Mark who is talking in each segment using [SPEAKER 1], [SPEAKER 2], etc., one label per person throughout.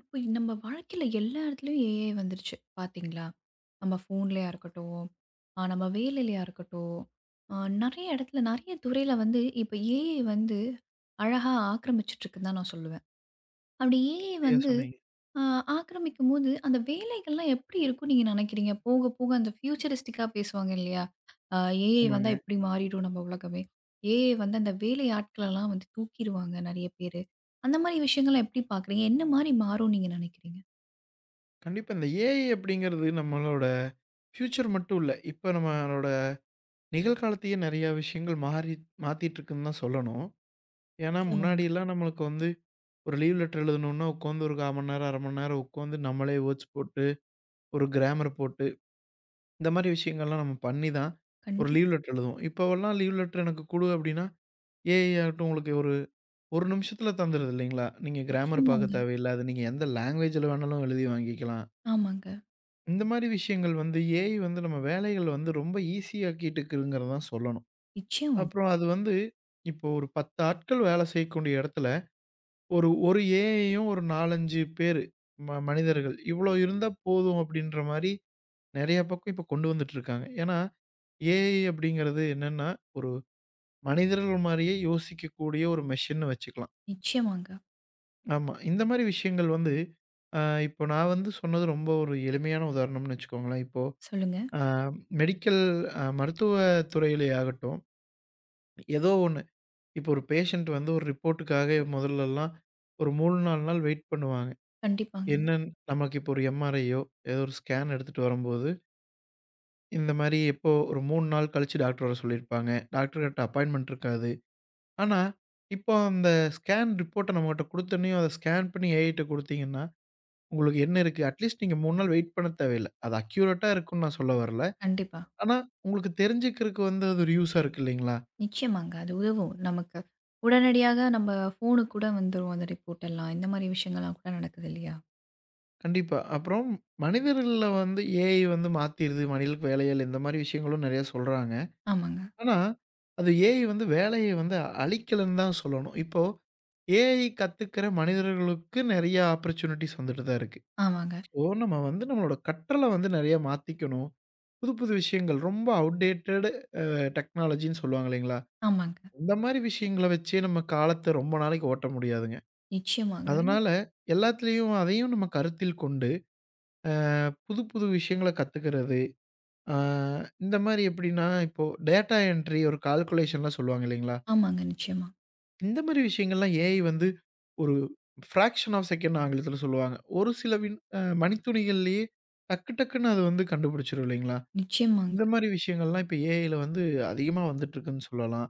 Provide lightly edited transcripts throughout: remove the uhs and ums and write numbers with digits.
[SPEAKER 1] இப்போ நம்ம வாழ்க்கையில எல்லா இடத்துலயும் ஏஐ வந்துருச்சு பாத்தீங்களா? நம்ம ஃபோன்லயா இருக்கட்டும், நம்ம வேலையிலயா இருக்கட்டும், ஆ நெறைய இடத்துல, நெறைய துறையில வந்து இப்ப ஏஐ வந்து அழகா ஆக்கிரமிச்சுட்டு இருக்குன்னு தான் நான் சொல்லுவேன். அப்படி ஏஐ
[SPEAKER 2] சரியா
[SPEAKER 1] வந்து
[SPEAKER 2] சொன்னீங்க.
[SPEAKER 1] ஆ ஆக்கிரமிக்கும்போது, அந்த வேலைகள்லாம் எப்படி இருக்கும்னு நீங்க நினைக்கிறீங்க? போக, போக அந்த ஃபியூச்சரிஸ்டிக்கா பேசுவாங்க இல்லையா? அ ஏஐ
[SPEAKER 2] ஆமாங்க.
[SPEAKER 1] வந்தா இப்படி மாறிடும் நம்ம உலகமே. ஏஐ வந்து அந்த வேலை ஆட்களெல்லாம் வந்து தூக்கிருவாங்க நெறைய பேரு. அந்த மாரி விஷயங்கள்லாம் எப்படி பார்க்குறீங்க? என்ன மாரி மாறும்னு நீங்க நினைக்கிறீங்க?
[SPEAKER 2] கண்டிப்பா இந்த ஏஐ அப்படிங்கிறது நம்மளோட ஃபியூச்சர் மட்டும் இல்ல. இப்ப நம்மளோட நிகழ்காலத்தையே நெறைய விஷயங்கள் மாறி மாத்திட்டு இருக்குன்னு தான் சொல்லணும். ஏன்னா
[SPEAKER 1] நிச்சயமாங்க.
[SPEAKER 2] முன்னாடிலாம் நம்மளுக்கு வந்து ஒரு லீவ் லெட்டர் எழுதணும்னா உட்காந்து ஒரு 1/4 மணி நேரம், 1/2 மணி நேரம் உட்காந்து நம்மளே வேர்ட்ஸ் போட்டு, ஒரு கிராமர் போட்டு, இந்த மாரி விஷயங்கள்லாம் நம்ம பண்ணி தான் ஒரு
[SPEAKER 1] கண்டிப்பா.
[SPEAKER 2] லீவ் லெட்டர் எழுதுவோம். இப்போவெல்லாம் லீவ் லெட்டர் எனக்கு குடு அப்படின்னா, ஏஐ ஆகட்டும் உங்களுக்கு ஒரு 1 நிமிஷத்துல தந்துருது இல்லைங்களா? நீங்க கிராமர்
[SPEAKER 1] நிச்சயமாங்க.
[SPEAKER 2] பார்க்க தேவையில்ல. அது நீங்க எந்த லாங்குவேஜ்ல வேணாலும் எழுதி வாங்கிக்கலாம்.
[SPEAKER 1] ஆமாங்க.
[SPEAKER 2] இந்த மாரி விஷயங்கள் வந்து ஏஐ வந்து நம்ம வேலைகள் வந்து ரொம்ப ஈஸியாக்கிட்டுருக்குங்கிறத தான் சொல்லணும்.
[SPEAKER 1] நிச்சயமா,
[SPEAKER 2] அப்புறம் அது வந்து இப்போ ஒரு 10 ஆட்கள் வேலை செய்யக்கூடிய இடத்துல, ஒரு ஒரு ஏஐயும் ஒரு 4, 5 பேரு மனிதர்கள் இவ்வளோ இருந்தா போதும் அப்படின்ற மாரி நெறைய பக்கம் இப்போ கொண்டு வந்துட்டுருக்காங்க. ஏன்னா, ஏஐ அப்படிங்கிறது என்னன்னா, ஒரு மனிதர்கள் மாரியே யோசிக்கக்கூடிய ஒரு மெஷின்னு வச்சுக்கலாம்.
[SPEAKER 1] நிச்சயமாங்க.
[SPEAKER 2] ஆமா. இந்த மாரி விஷயங்கள் வந்து, அ இப்போ நான் வந்து சொன்னது ரொம்ப ஒரு எளிமையான உதாரணம்னு வச்சுக்கோங்களேன். இப்போ
[SPEAKER 1] சொல்லுங்க.
[SPEAKER 2] ஆ மெடிக்கல் மருத்துவ துறையிலே ஆகட்டும், ஏதோ ஒண்ணு. இப்போ ஒரு பேஷண்ட் வந்து ஒரு ரிப்போர்ட்டுக்காக முதல்லலாம் ஒரு 3, 4 நாள் வெயிட் பண்ணுவாங்க.
[SPEAKER 1] கண்டிப்பாங்க.
[SPEAKER 2] என்னன்னு நமக்கு இப்போ ஒரு எம்ஆர்ஐயோ, ஏதோ ஒரு ஸ்கேன் எடுத்துட்டு வரும்போது, இந்த மாரி எப்போ ஒரு 3 நாள் கழிச்சு டாக்டர் வர சொல்லியிருப்பாங்க. டாக்டர் கிட்ட அப்பாயின்ட்மென்ட் இருக்காது. ஆனா, இப்போ அந்த ஸ்கேன் ரிப்போர்ட்ட நம்மகிட்ட குடுத்தோனயும், அத ஸ்கேன் பண்ணி ஏஐட்ட குடுத்தீங்கன்னா, உங்களுக்கு என்ன இருக்கு? அட்லீஸ்ட் நீங்க 3 நாள் வெயிட் பண்ண தேவையில்ல. அது அக்யூரேட்டா இருக்கும்னு நான் சொல்ல வரல.
[SPEAKER 1] கண்டிப்பா.
[SPEAKER 2] ஆனா, உங்களுக்கு தெரிஞ்சுக்கிறதுக்கு வந்து அது ஒரு யூஸா இருக்கு இல்லைங்களா?
[SPEAKER 1] நிச்சயமாங்க. அது உதவும். நமக்கு உடனடியாக நம்ம ஃபோனுக்கு கூட வந்துரும் அந்த ரிப்போர்ட் எல்லாம். இந்த மாரி விஷயங்கள்லாம் கூட நடக்குது இல்லையா?
[SPEAKER 2] கண்டிப்பா. அப்புறம் மனிதர்கள்ல வந்து ஏஐ வந்து மாத்திருது மனிதர்களுக்கு வேலைகள் இந்த மாரி விஷயங்களும் நெறைய சொல்றாங்க.
[SPEAKER 1] ஆமாங்க,
[SPEAKER 2] ஆனா, அது ஏஐ வந்து வேலைய வந்து அழிக்கலன்னு தான் சொல்லணும். இப்போ ஏஐ கத்துக்கிற மனிதர்களுக்கு நெறைய ஆப்பர்ச்சுனிட்டிஸ் வந்துட்டு தான் இருக்கு.
[SPEAKER 1] ஆமாங்க,
[SPEAKER 2] இப்போ நம்ம வந்து நம்மளோட கற்றல வந்து நெறைய மாத்திக்கணும். புது புது விஷயங்கள் ரொம்ப அவுட்டேட்டட் டெக்னாலஜின்னு சொல்லுவாங்க இல்லைங்களா?
[SPEAKER 1] ஆமாங்க.
[SPEAKER 2] இந்த மாரி விஷயங்கள வச்சே நம்ம காலத்த ரொம்ப நாளைக்கு ஓட்ட முடியாதுங்க.
[SPEAKER 1] நிச்சயமாங்க.
[SPEAKER 2] அதனால எல்லாத்துலயும் அதையும் நம்ம கருத்தில் கொண்டு அ புது புது விஷயங்கள கத்துக்கிறது, ஆ இந்த மாரி எப்படின்னா, இப்போ டேட்டா என்ட்ரி ஒரு கால்குலேஷன்லாம் சொல்லுவாங்க இல்லைங்களா?
[SPEAKER 1] ஆமாங்க. நிச்சயமா,
[SPEAKER 2] இந்த மாரி விஷயங்கள்லாம் ஏஐ வந்து ஒரு ஃப்ராக்ஷன் ஆஃப் செகண்ட் ஆங்கிலத்தில சொல்லுவாங்க. ஒரு சில வின் அ மணித்துளிகள்லயே டக்கு டக்குன்னு அது வந்து கண்டுபிடிச்சிரும் இல்லைங்களா?
[SPEAKER 1] நிச்சயமாங்க.
[SPEAKER 2] இந்த மாரி விஷயங்கள்லாம் இப்ப ஏஐல வந்து அதிகமா வந்துட்டுருக்குன்னு சொல்லலாம்.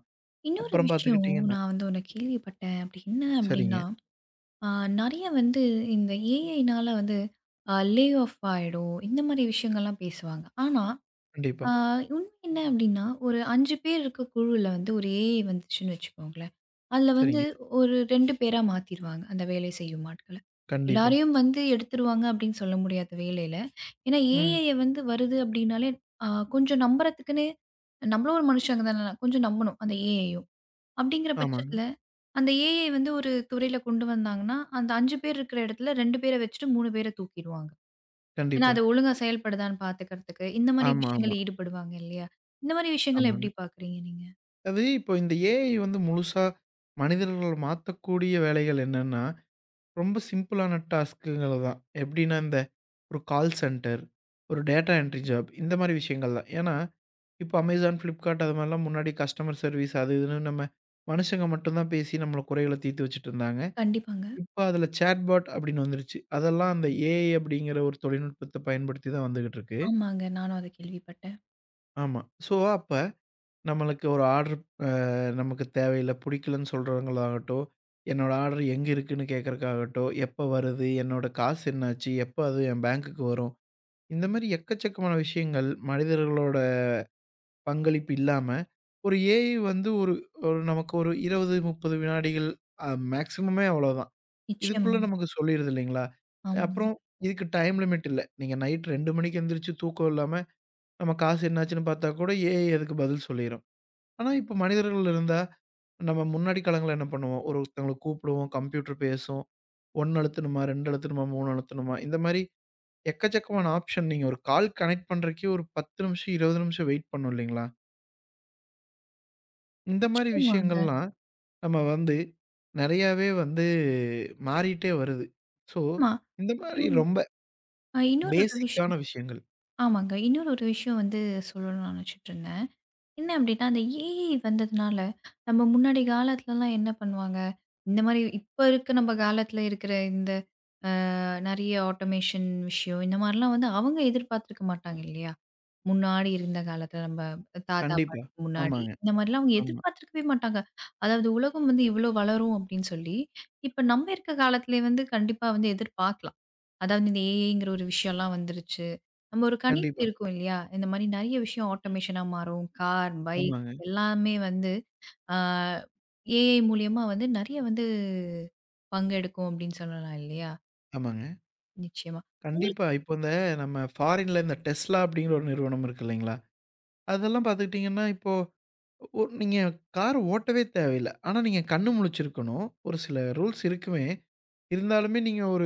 [SPEAKER 1] இன்னொரு
[SPEAKER 2] அப்புறம்
[SPEAKER 1] விஷயம்
[SPEAKER 2] பார்த்துக்கிட்டீங்கன்னா
[SPEAKER 1] நான் வந்து ஒண்ணு கேள்விப்பட்டேன். அப்படி என்ன அப்படின்னா,
[SPEAKER 2] சரிங்க.
[SPEAKER 1] அ நெறைய வந்து இந்த ஏஐனால வந்து லே ஆஃப் ஆயிடும். இந்த மாரி விஷயங்கள்லாம் பேசுவாங்க. ஆனா
[SPEAKER 2] கண்டிப்பா.
[SPEAKER 1] ஆ, உண்மை என்ன அப்படின்னா, ஒரு 5 பேர் இருக்க குழுவுல வந்து ஒரு ஏஐ வந்துச்சுன்னு வச்சுக்கோங்களேன். அதுல வந்து
[SPEAKER 2] சரிங்க.
[SPEAKER 1] ஒரு 2 பேரா மாத்திருவாங்க, அந்த வேலை செய்யும் ஆட்கள.
[SPEAKER 2] கண்டிப்பா.
[SPEAKER 1] எல்லாரையும் வந்து எடுத்துருவாங்க அப்படின்னு சொல்ல முடியாது வேலையில. ஏன்னா
[SPEAKER 2] ம்.
[SPEAKER 1] ஏஐ வந்து வருது அப்படின்னாலே, ஆ கொஞ்சம் நம்புறதுக்குன்னு நம்மளும் ஒரு மனுஷங்க தான, கொஞ்சம் நம்பணும் அந்த ஏஐயும். அப்படிங்கிற
[SPEAKER 2] ஆமாங்க.
[SPEAKER 1] பட்சத்துல, அந்த ஏஐ வந்து ஒரு துறையில கொண்டு வந்தாங்கன்னா, அந்த 5 பேர் இருக்கிற இடத்துல 2 பேர வச்சுட்டு 3 பேர தூக்கிருவாங்க. ஏன்னா,
[SPEAKER 2] கண்டிப்பா.
[SPEAKER 1] அது ஒழுங்கா செயல்படுதான்னு பாத்துக்கிறதுக்கு, இந்த மாரி
[SPEAKER 2] ஆமா, ஆமா.
[SPEAKER 1] விஷயங்கள்ல ஈடுபடுவாங்க இல்லையா? இந்த மாரி விஷயங்கள
[SPEAKER 2] ஆமாங்க.
[SPEAKER 1] எப்படி பாக்குறீங்க நீங்க?
[SPEAKER 2] அது இப்போ இந்த ஏஐ வந்து முழுசா மனிதர்கள மாத்தக்கூடிய வேலைகள் என்னன்னா ரொம்ப சிம்பிளான டாஸ்க்குங்கள தான். எப்படின்னா, இந்த ஒரு கால் சென்டர், ஒரு டேட்டா என்ட்ரி ஜாப் இந்த மாரி விஷயங்கள் தான். ஏன்னா, இப்போ Amazon, Flipkart அது மாரிலாம் முன்னாடி கஸ்டமர் சர்வீஸ் அது இதுன்னு நம்ம மனுஷங்க மட்டும் தான் பேசி நம்மள குறைகள தீர்த்து வச்சுட்டுருந்தாங்க.
[SPEAKER 1] கண்டிப்பாங்க.
[SPEAKER 2] இப்போ அதில சேட்பாட் அப்படின்னு வந்துருச்சு. அதெல்லாம் அந்த ஏஐ அப்படிங்கிற ஒரு தொழில்நுட்பத்த பயன்படுத்தி தான் வந்துகிட்டு இருக்கு.
[SPEAKER 1] ஆமாங்க. நானும் அத கேள்விப்பட்டேன்.
[SPEAKER 2] ஆமா. ஸோ அப்ப நம்மளுக்கு ஒரு ஆர்டர் அ நமக்கு தேவையில்ல, புடிக்கலன்னு சொல்றவங்களாகட்டும், என்னோட ஆர்டர் எங்க இருக்குன்னு கேட்கறக்காகட்டும், எப்ப வருது, என்னோட காசு என்னாச்சு, எப்ப அது என் பேங்க்குக்கு வரும், இந்த மாரி எக்கச்சக்கமான விஷயங்கள் மனிதர்களோட பங்களிப்பு இல்லாம, ஒரு ஏஐ வந்து ஒரு ஒரு நமக்கு ஒரு 20, 30 வினாடிகள் மேக்ஸிமமே அவ்வளோதான். இதுக்குள்ள
[SPEAKER 1] நிச்சயமாங்க.
[SPEAKER 2] நமக்கு சொல்லிருது இல்லைங்களா?
[SPEAKER 1] ஆமாங்க.
[SPEAKER 2] அப்புறம் இதுக்கு டைம் லிமிட் இல்ல. நீங்க நைட் 2 மணிக்கு எந்திரிச்சு தூக்கம் இல்லாம, நம்ம காசு என்னாச்சுன்னு பார்த்தா கூட ஏஐ அதுக்கு பதில் சொல்லிரும். ஆனா, இப்ப மனிதர்கள் இருந்தா நம்ம முன்னாடி காலங்கள்ல என்ன பண்ணுவோம்? ஒருத்தங்கள கூப்பிடுவோம், கம்ப்யூட்டர் பேசும். 1 அழுத்தணுமா? 2 அழுத்தணுமா? 3 அழுத்தணுமா? இந்த மாரி எக்கச்சக்கமான ஆப்ஷன். நீங்க ஒரு கால் கனெக்ட் பண்றதுக்கே ஒரு 10 நிமிஷம், 20 நிமிஷம் வெயிட் பண்ணணும் இல்லைங்களா? இந்த மாரி
[SPEAKER 1] நிச்சயமாங்க.
[SPEAKER 2] விஷயங்கள்லாம் நம்ம வந்து நெறையாவே வந்து மாறிட்டே வருது. ஸோ,
[SPEAKER 1] ஆமா.
[SPEAKER 2] இந்த மாரி
[SPEAKER 1] அப்புறம்
[SPEAKER 2] ரொம்ப
[SPEAKER 1] இன்னொரு விஷயம்
[SPEAKER 2] பேசிக்கான விஷயங்கள்.
[SPEAKER 1] ஆமாங்க. இன்னொரு விஷயம் வந்து சொல்லணும்னு நான் நெனச்சுட்டுருந்தேன். என்ன அப்படின்னா, அந்த ஏஐ வந்ததுனால, நம்ம முன்னாடி காலத்துலலாம் என்ன பண்ணுவாங்க, இந்த மாரி இப்ப இருக்க நம்ம காலத்துல இருக்கிற இந்த நெறைய ஆட்டோமேஷன் விஷயம், இந்த மாரிலாம் வந்து அவங்க எதிர்பார்த்துருக்க மாட்டாங்க இல்லையா? முன்னாடி இருந்த காலத்துல நம்ம தாத்தா,
[SPEAKER 2] கண்டிப்பா.
[SPEAKER 1] பாட்டிக்கு முன்னாடி,
[SPEAKER 2] ஆமாங்க.
[SPEAKER 1] இந்த மாரிலாம் அவங்க
[SPEAKER 2] ஆமா.
[SPEAKER 1] எதிர்பார்த்திருக்கவே மாட்டாங்க. அதாவது உலகம் வந்து இவ்ளோ வளரும் அப்படின்னு சொல்லி, இப்ப நம்ம இருக்க காலத்திலே வந்து கண்டிப்பா வந்து எதிர்பார்க்கலாம். அதாவது இந்த ஏஐங்கிற ஒரு விஷயம்லாம் வந்துருச்சு. நம்ம ஒரு கணிப்பு
[SPEAKER 2] கண்டிப்பா.
[SPEAKER 1] இருக்கும் இல்லையா? இந்த மாரி நெறைய விஷயம் ஆட்டோமேஷனா மாறும். கார், பைக்
[SPEAKER 2] ஆமாங்க.
[SPEAKER 1] எல்லாமே வந்து ஆ ஏஐ மூலியமா வந்து நெறைய வந்து பங்கெடுக்கும் அப்படின்னு சொல்லலாம் இல்லையா?
[SPEAKER 2] ஆமாங்க.
[SPEAKER 1] நிச்சயமா. உங்களுக்கு
[SPEAKER 2] கண்டிப்பா. இப்போ இந்த நம்ம ஃபாரின்ல இந்த Tesla அப்படிங்கிற ஒரு நிறுவனம் இருக்கு இல்லைங்களா? அதெல்லாம் பார்த்துக்கிட்டீங்கன்னா இப்போ நீங்க கார் ஓட்டவே தேவையில்ல. ஆனா, நீங்க கண்ணு முழிச்சிருக்கணும். ஒரு சில ரூல்ஸ் இருக்குமே, இருந்தாலுமே நீங்க ஒரு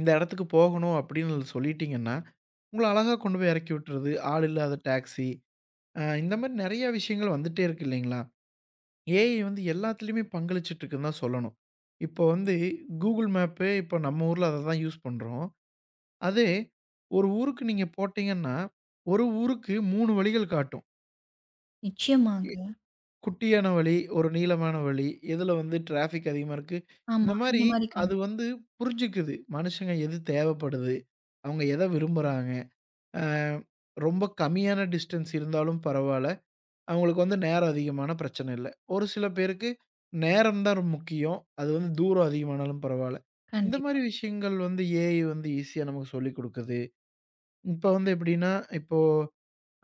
[SPEAKER 2] இந்த இடத்துக்கு போகணும் அப்படின்னு சொல்லிட்டீங்கன்னா, உங்கள அழகா கொண்டு போய் இறக்கி விட்டுறது. ஆள் இல்லாத டாக்ஸி, இந்த மாரி நெறைய விஷயங்கள் வந்துட்டே இருக்கு இல்லைங்களா? ஏஐ வந்து எல்லாத்துலயுமே பங்களிச்சுட்டு இருக்குன்னு தான் சொல்லணும். இப்போ வந்து Google மேப்பே இப்போ நம்ம ஊர்ல அத தான் யூஸ் பண்றோம். அதே ஒரு ஊருக்கு நீங்க போட்டீங்கன்னா, ஒரு ஊருக்கு 3 வழிகள் காட்டும்.
[SPEAKER 1] நிச்சயமாங்க.
[SPEAKER 2] குட்டியான வழி, ஒரு நீளமான வழி, எதுல வந்து டிராஃபிக் அதிகமா இருக்கு. இந்த
[SPEAKER 1] ஆமா.
[SPEAKER 2] மாரி
[SPEAKER 1] அந்த மாரி
[SPEAKER 2] அது
[SPEAKER 1] காமி
[SPEAKER 2] வந்து புரிஞ்சுக்குது. மனுஷங்க எது தேவைப்படுது, அவங்க எத விரும்புறாங்க. அ ரொம்ப கம்மியான டிஸ்டன்ஸ் இருந்தாலும் பரவால்ல. அவங்களுக்கு வந்து நேரம் அதிகமான பிரச்சனை இல்ல. ஒரு சில பேருக்கு நேரம் தான் ரொம்ப முக்கியம். அது வந்து தூரம் அதிகமானாலும் பரவால்ல. இந்த
[SPEAKER 1] கண்டிப்பா.
[SPEAKER 2] மாரி விஷயங்கள் வந்து ஏஐ வந்து ஈஸியா நமக்கு சொல்லிக் குடுக்குது. இப்ப வந்து எப்படின்னா, இப்போ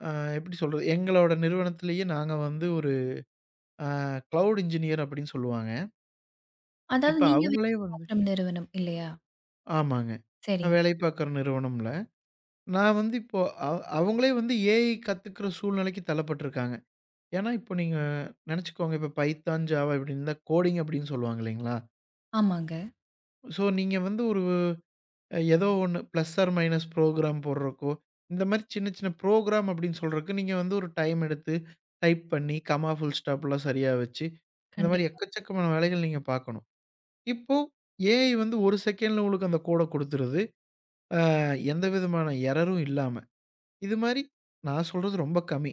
[SPEAKER 2] அ எப்படி சொல்றது? எங்களோட நிறுவனத்திலேயே நாங்க வந்து ஒரு அ கிளவுட் இன்ஜினியர் அப்படின்னு சொல்லுவாங்க.
[SPEAKER 1] அதாவது
[SPEAKER 2] இப்ப
[SPEAKER 1] நீங்க வேலை
[SPEAKER 2] அவங்களே வந்துட்டு
[SPEAKER 1] பார்க்குற நிறுவனம் இல்லையா?
[SPEAKER 2] ஆமாங்க. நான்
[SPEAKER 1] சரிங்க.
[SPEAKER 2] வேலை பார்க்குற நிறுவனம்ல. நான் வந்து இப்போ அவங்களே வந்து ஏஐ கத்துக்கிற சூழ்நிலைக்கு தள்ளப்பட்டுருக்காங்க. ஏன்னா, இப்போ நீங்க நெனச்சுக்கோங்க, இப்போ பைத்தான், ஜாவா இப்படின்னு தான் கோடிங் அப்படின்னு சொல்லுவாங்க இல்லைங்களா?
[SPEAKER 1] ஆமாங்க.
[SPEAKER 2] ஸோ நீங்க வந்து ஒரு ஏதோ ஒண்ணு பிளஸ் ஆர் மைனஸ் ப்ரோகிராம் போடுறக்கோ, இந்த மாரி சின்ன சின்ன ப்ரோகிராம் அப்படின்னு சொல்றக்கு நீங்க வந்து ஒரு டைம் எடுத்து டைப் பண்ணி, கமா, ஃபுல் ஸ்டாப்லாம் சரியா வச்சு, இந்த மாரி
[SPEAKER 1] கண்டிப்பா,
[SPEAKER 2] எக்கச்சக்கமான வேலைகள் நீங்க பார்க்கணும். இப்போ ஏஐ வந்து 1 செகண்ட்ல உங்களுக்கு அந்த கோட குடுத்துருது. எந்த விதமான எரரும் இல்லாம. இது மாரி நான் சொல்றது ரொம்ப கம்மி.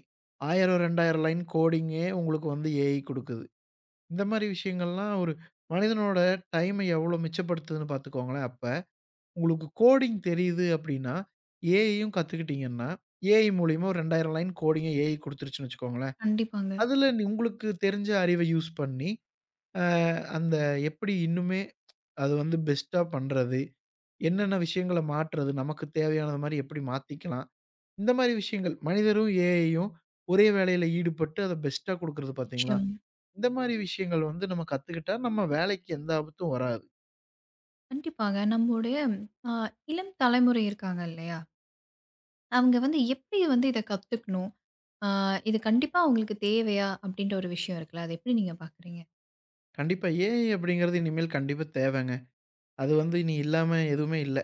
[SPEAKER 2] 1000, 2000 லைன் கோடிங்கே உங்களுக்கு வந்து ஏஐ குடுக்குது. இந்த மாரி விஷயங்கள்லாம் ஒரு மனிதனோட டைம எவ்வளோ மிச்சப்படுத்துதுன்னு பார்த்துக்கோங்களேன். அப்ப உங்களுக்கு கோடிங் தெரியுது அப்படின்னா, ஏஐயும் கத்துக்கிட்டீங்கன்னா, ஏஐ மூலியமா ஒரு 2000 லைன் கோடிங்க ஏஐ குடுத்துருச்சுன்னு வச்சுக்கோங்களேன்.
[SPEAKER 1] கண்டிப்பாங்க.
[SPEAKER 2] அதுல நீ உங்களுக்கு தெரிஞ்ச அறிவ யூஸ் பண்ணி, அ அந்த எப்படி இன்னுமே அது வந்து பெஸ்ட்டா பண்றது? என்னென்ன விஷயங்கள மாற்றுறது? நமக்கு தேவையானது மாரி எப்படி மாத்திக்கலாம்? இந்த மாரி விஷயங்கள். மனிதரும், ஏஐயும் ஒரே வேலையில ஈடுபட்டு அத பெஸ்ட்டா குடுக்குறது பார்த்தீங்களா?
[SPEAKER 1] நிச்சயமா.
[SPEAKER 2] இந்த மாரி விஷயங்கள் வந்து நம்ம கத்துக்கிட்டா நம்ம வேலைக்கு எந்த ஆபத்தும் வராது.
[SPEAKER 1] கண்டிப்பாங்க. நம்முடைய அ இளம் தலைமுறை இருக்காங்க இல்லையா? அவங்க வந்து எப்படி வந்து இத கத்துக்கணும்? அ இது கண்டிப்பா அவங்களுக்கு தேவையா? அப்படின்ற ஒரு விஷயம் இருக்குல்ல. அத எப்படி நீங்க பார்க்குறீங்க?
[SPEAKER 2] கண்டிப்பா ஏஐ அப்படிங்கிறது இனிமேல் கண்டிப்பா தேவைங்க. அது வந்து இனி இல்லாம எதுவுமே இல்ல.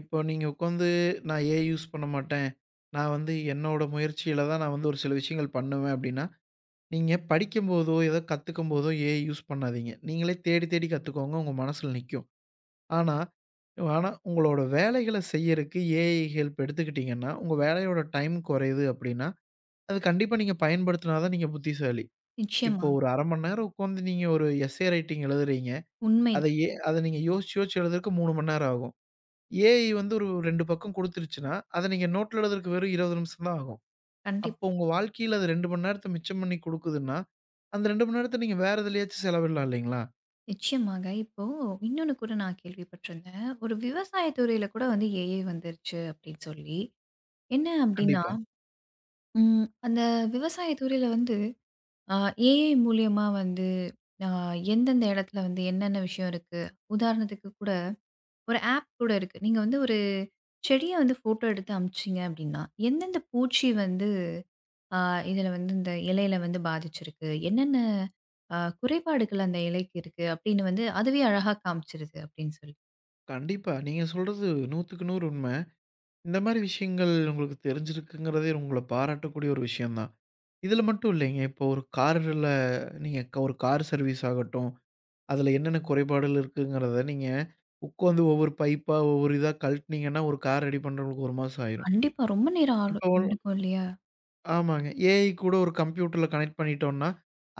[SPEAKER 2] இப்போ நீங்க உட்காந்து நான் ஏஐ யூஸ் பண்ண மாட்டேன். நான் வந்து என்னோட முயற்சியில தான் நான் வந்து ஒரு சில விஷயங்கள் பண்ணுவேன் அப்படின்னா, நீங்க படிக்கும்போதோ, ஏதோ கத்துக்கும்போதோ ஏஐ யூஸ் பண்ணாதீங்க. நீங்களே தேடி தேடி கத்துக்கோங்க. உங்க மனசுல நிக்கும். ஆனா ஆனா, உங்களோட வேலைகள செய்யறக்கு ஏஐ ஹெல்ப் எடுத்துக்கிட்டீங்கன்னா, உங்க வேலையோட டைம் குறையுது அப்படின்னா, அது கண்டிப்பா நீங்க பயன்படுத்தினா தான் நீங்க புத்திசாலி. இப்போ
[SPEAKER 1] நிச்சயமாங்க.
[SPEAKER 2] ஒரு 1/2 மணி நேரம் உட்காந்து நீங்க ஒரு எஸ்ஸே ரைட்டிங் எழுதுறீங்க. அத
[SPEAKER 1] உண்மைதான்.
[SPEAKER 2] அத நீங்க யோசிச்சு யோசிச்சு எழுதுறதுக்கு 3 மணி நேரம் ஆகும். ஏஐ வந்து ஒரு 2 பக்கம் குடுத்துருச்சுன்னா, அத நீங்க நோட்ல எழுதுறதுக்கு வெறும் 20 நிமிஷம் தான் ஆகும்.
[SPEAKER 1] கண்டிப்
[SPEAKER 2] அப்போ உங்க வாழ்க்கையில அது 2 மணி நேரத்த மிச்சம் பண்ணி குடுக்குதுன்னா, அந்த 2 மணி நேரத்த நீங்க வேற எதுலயாச்சும் செலவிடலாம் இல்லைங்களா?
[SPEAKER 1] நிச்சயமாங்க. இப்போ இன்னொன்னு கூட நான் கேள்விப்பட்டிருந்தேன். ஒரு விவசாய துறையில கூட வந்து ஏஐ வந்துருச்சு அப்படின்னு சொல்லி. என்ன அப்படின்னா,
[SPEAKER 2] கண்டிப்பா.
[SPEAKER 1] அந்த விவசாய துறையில வந்து ஆ ஏஐ மூலியமா வந்து ஆ எந்தெந்த இடத்துல வந்து என்னென்ன விஷயம் இருக்கு? உதாரணத்துக்கு கூட ஒரு ஆப் கூட இருக்கு. நீங்க வந்து ஒரு செடிய வந்து ஃபோட்டோ எடுத்து அனுப்பிச்சீங்க அப்டின்னா, எந்தெந்த பூச்சி வந்து ஆ இதுல வந்து இந்த இலையில வந்து பாதிச்சிருக்கு? என்னென்ன குறைபாடுகள் அந்த இலைக்கு இருக்கு? அப்டின்னு வந்து அதுவே அழகா காமிச்சிருது அப்டின்னு சொல்லி.
[SPEAKER 2] கண்டிப்பா. நீங்க சொல்றது 100க்கு 100 உண்ம. இந்த மாரி விஷயங்கள் உங்களுக்கு தெரிஞ்சிருக்குங்கிறதே உங்கள பாராட்டக்கூடிய ஒரு விஷயம் தான். இதில மட்டும் இல்லைங்க. இப்போ ஒரு கார்ல நீங்க ஒரு கார் சர்வீஸ் ஆகட்டும், அதில என்னென்ன குறைபாடுகள் இருக்குங்கிறத நீங்க உட்காந்து ஒவ்வொரு பைப்பா, ஒவ்வொரு இதா கழட்டுனீங்கன்னா, ஒரு கார் ரெடி பண்றவங்களுக்கு 1 மாசம் ஆயிரும்.
[SPEAKER 1] கண்டிப்பா ரொம்ப நேரம் ஆடும்
[SPEAKER 2] இப்போ
[SPEAKER 1] எடுக்கும் இல்லையா?
[SPEAKER 2] ஆமாங்க. ஏஐ கூட ஒரு கம்ப்யூட்டர்ல கனெக்ட் பண்ணிட்டோம்னா,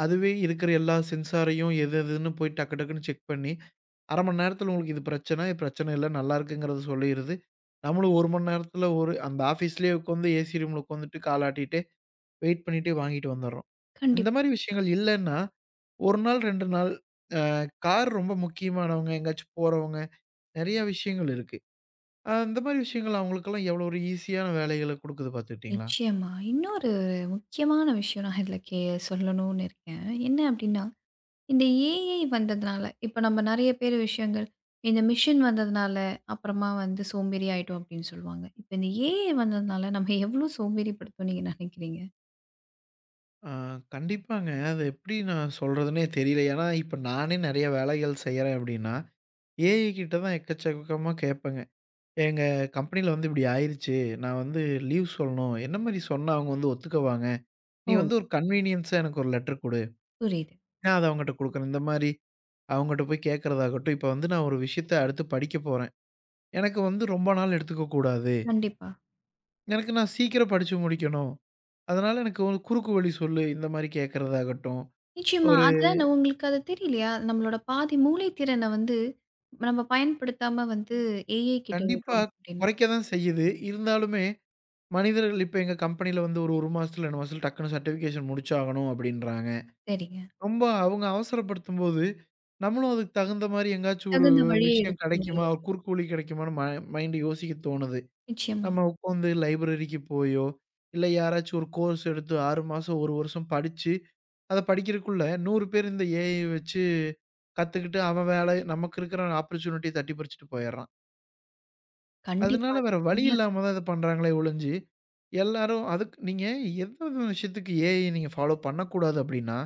[SPEAKER 2] அதுவே இருக்கிற எல்லா சென்சாரையும் எது எதுன்னு போய் டக்கு டக்குன்னு செக் பண்ணி, 1/2 மணி நேரத்தில உங்களுக்கு இது பிரச்சனை, இது பிரச்சனை இல்ல, நல்லா இருக்குங்கிறத சொல்லிருது. நம்மளும் 1 மணி நேரத்தில ஒரு அந்த ஆஃபீஸ்லயே உட்காந்து ஏசி ரூம்ல உட்காந்துட்டு காலாட்டிட்டே, வெயிட் பண்ணிட்டே வாங்கிட்டு வந்துர்றோம். இந்த
[SPEAKER 1] கண்டிப்பா.
[SPEAKER 2] மாரி விஷயங்கள் இல்லன்னா, 1 நாள் 2 நாள் கார் ரொம்ப முக்கியமானவங்க, எங்கேயாச்சும் போறவங்க, நெறைய விஷயங்கள் இருக்கு. இந்த மாரி விஷயங்கள் அவங்களுக்கெல்லாம் எவ்வளோ ஒரு ஈஸியான வேலைகள குடுக்குது பார்த்துக்கிட்டீங்களா?
[SPEAKER 1] நிச்சயமா. இன்னொரு முக்கியமான விஷயம் நான் இதுல கே சொல்லணும்னு இருக்கேன். என்ன அப்டின்னா இந்த ஏஐ வந்ததுனால, இப்ப நம்ம நெறைய பேர் விஷயங்கள், இந்த மிஷின் வந்ததுனால, அப்புறமா வந்து சோம்பேறி ஆயிட்டோம் அப்படின்னு சொல்லுவாங்க. இப்ப இந்த ஏஐ வந்ததுனால நம்ம எவ்வளோ சோம்பேறிப்படுத்தும்னு நீங்க நினைக்கிறீங்க?
[SPEAKER 2] ஆ கண்டிப்பாங்க. அது எப்படி நான் சொல்றதுன்னே தெரியல. ஏன்னா, இப்ப நானே நெறைய வேலைகள் செய்றேன் அப்படின்னா, ஏஐ கிட்ட தான் எக்கச்சக்கமா கேட்பேங்க. "எங்க கம்பெனில வந்து இப்படி ஆயிருச்சு. நான் வந்து லீவ் சொல்லணும். என்ன மாரி சொன்னா அவங்க வந்து ஒத்துக்குவாங்க? நீ
[SPEAKER 1] ஓ!
[SPEAKER 2] வந்து ஒரு கன்வீனியன்ஸா எனக்கு ஒரு லெட்டர் குடு.
[SPEAKER 1] புரியுது.
[SPEAKER 2] நான் அத அவங்கட்ட குடுக்குறேன்." இந்த மாரி அவங்கட்ட போய் கேட்கறதாகட்டும், இப்ப வந்து நான் ஒரு விஷயத்த அடுத்து படிக்க போறேன். எனக்கு வந்து ரொம்ப நாள் எடுத்துக்க கூடாது.
[SPEAKER 1] கண்டிப்பா.
[SPEAKER 2] எனக்கு நான் சீக்கிரம் படிச்சு முடிக்கணும். அதனால எனக்கு ஒரு குறுக்கு வழி சொல்லு. இந்த மாரி கேட்கறதாகட்டும்,
[SPEAKER 1] நிச்சயமா.
[SPEAKER 2] ஒரு
[SPEAKER 1] அதுதான் நான் உங்களுக்கு அது தெரியலையா? நம்மளோட பாதி மூளை திறன வந்து நம்ம பயன்படுத்தாம வந்து ஏஐ கிட்ட
[SPEAKER 2] கண்டிப்பா
[SPEAKER 1] விடுறோம் அப்படின்னு.
[SPEAKER 2] குறைக்க தான் செய்யுது. இருந்தாலுமே, மனிதர்கள் இப்ப எங்க கம்பெனில வந்து ஒரு 1 மாசத்துல, 2 மாசத்துல டக்குனு சர்டிஃபிகேஷன் முடிச்சாகணும் அப்டின்றாங்க.
[SPEAKER 1] சரிங்க.
[SPEAKER 2] ரொம்ப அவங்க அவசரப்படுத்தும்போது, நம்மளும் அதுக்கு தகுந்த மாரி எங்கேயாச்சும் ஒரு
[SPEAKER 1] தகுந்த வழியை
[SPEAKER 2] விஷயம்
[SPEAKER 1] எடுத்துக்கணும்
[SPEAKER 2] கிடைக்குமா?
[SPEAKER 1] இல்லையா?
[SPEAKER 2] ஒரு குறுக்கு வழி கிடைக்குமான்னு மைண்ட் யோசிக்க தோணுது.
[SPEAKER 1] நிச்சயமா.
[SPEAKER 2] நம்ம உட்காந்து லைப்ரரிக்கு போயோ, இல்ல யாராச்சும் ஒரு கோர்ஸ் எடுத்து 6 மாசம், 1 வருஷம் படிச்சு, அத படிக்கிறதுக்குள்ள 100 பேர் இந்த ஏஐ வச்சு கத்துக்கிட்டு, அவன் வேலை நமக்கு இருக்கிற ஆப்பர்ச்சுனிட்டிய தட்டி பறிச்சுட்டு போயிடுறான்.
[SPEAKER 1] கண்டிப்பா.
[SPEAKER 2] அதனால
[SPEAKER 1] அது
[SPEAKER 2] வேற வழி
[SPEAKER 1] உண்மையா
[SPEAKER 2] இல்லாம
[SPEAKER 1] சொன்னீங்க.
[SPEAKER 2] தான் இத பண்றாங்களே ஒழிஞ்சு, எல்லாரும் அதுக்கு நீங்க எந்த ஒரு விஷயத்துக்கு ஏஐ நீங்க ஃபாலோ பண்ணக்கூடாது அப்படின்னா,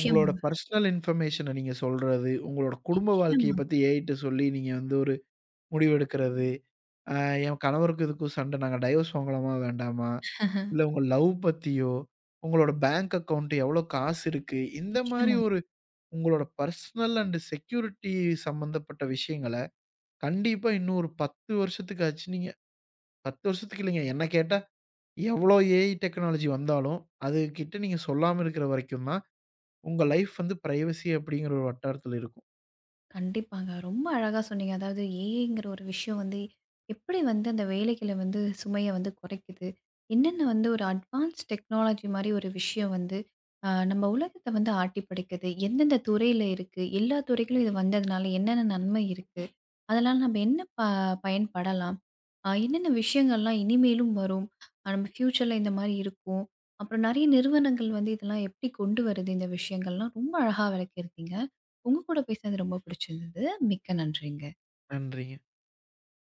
[SPEAKER 2] உங்களோட பர்சனல் இன்ஃபர்மேஷன நீங்க சொல்றது, உங்களோட குடும்ப வாழ்க்கைய
[SPEAKER 1] நிச்சயமாங்க.
[SPEAKER 2] பத்தி ஏஐட்ட சொல்லி நீங்க வந்து ஒரு முடிவு எடுக்கிறது, அ என் கணவருக்கும் இதுக்கும் சண்டை நாங்க டைவர்ஸ் வாங்கலாமா வேண்டாமா? இல்ல உங்க லவ் பத்தியோ, உங்களோட பேங்க் அக்கவுண்ட் எவ்வளோ காசு இருக்கு? இந்த மாரி
[SPEAKER 1] நிச்சயமா.
[SPEAKER 2] ஒரு உங்களோட பர்சனல் அண்ட் செக்யூரிட்டி சம்மந்தப்பட்ட விஷயங்கள, கண்டிப்பா இன்னும் ஒரு 10 வருஷத்துக்காச்சு நீங்க 10 வருஷத்துக்கு இல்லைங்க. என்ன கேட்டா, எவ்வளோ ஏஐ டெக்னாலஜி வந்தாலும், அதுகிட்ட நீங்க சொல்லாம இருக்கிற வரைக்கும் தான், உங்க லைஃப் வந்து பிரைவசி அப்படிங்கிற ஒரு வட்டாரத்தில இருக்கும்.
[SPEAKER 1] கண்டிப்பாங்க. ரொம்ப அழகா சொன்னீங்க. அதாவது ஏஐங்கிற ஒரு விஷயம் வந்து, எப்படி வந்து அந்த வேலைகள வந்து சுமைய வந்து குறைக்குது? என்னென்ன வந்து ஒரு அட்வான்ஸ் டெக்னாலஜி மாரி ஒரு விஷயம் வந்து, நம்ம உலகத்த வந்து ஆட்டி படைக்குது? எந்தெந்த துறையில இருக்கு? எல்லா துறைகளும் இது வந்ததுனால என்னென்ன நன்மை இருக்கு? அதனால நம்ம என்ன ப பயன்படலாம்? என்னென்ன விஷயங்கள்லாம் இனிமேலும் வரும்? நம்ம ஃப்யூச்சர்ல இந்த மாரி இருக்கும். அப்புறம் நெறைய நிறுவனங்கள் வந்து இதெல்லாம் எப்படி கொண்டு வருது இந்த விஷயங்கள்லாம்? ரொம்ப அழகா விளக்கியிருக்கீங்க. உங்க கூட பேசினது ரொம்ப பிடிச்சிருந்தது. மிக்க நன்றிங்க.
[SPEAKER 2] நன்றிங்க.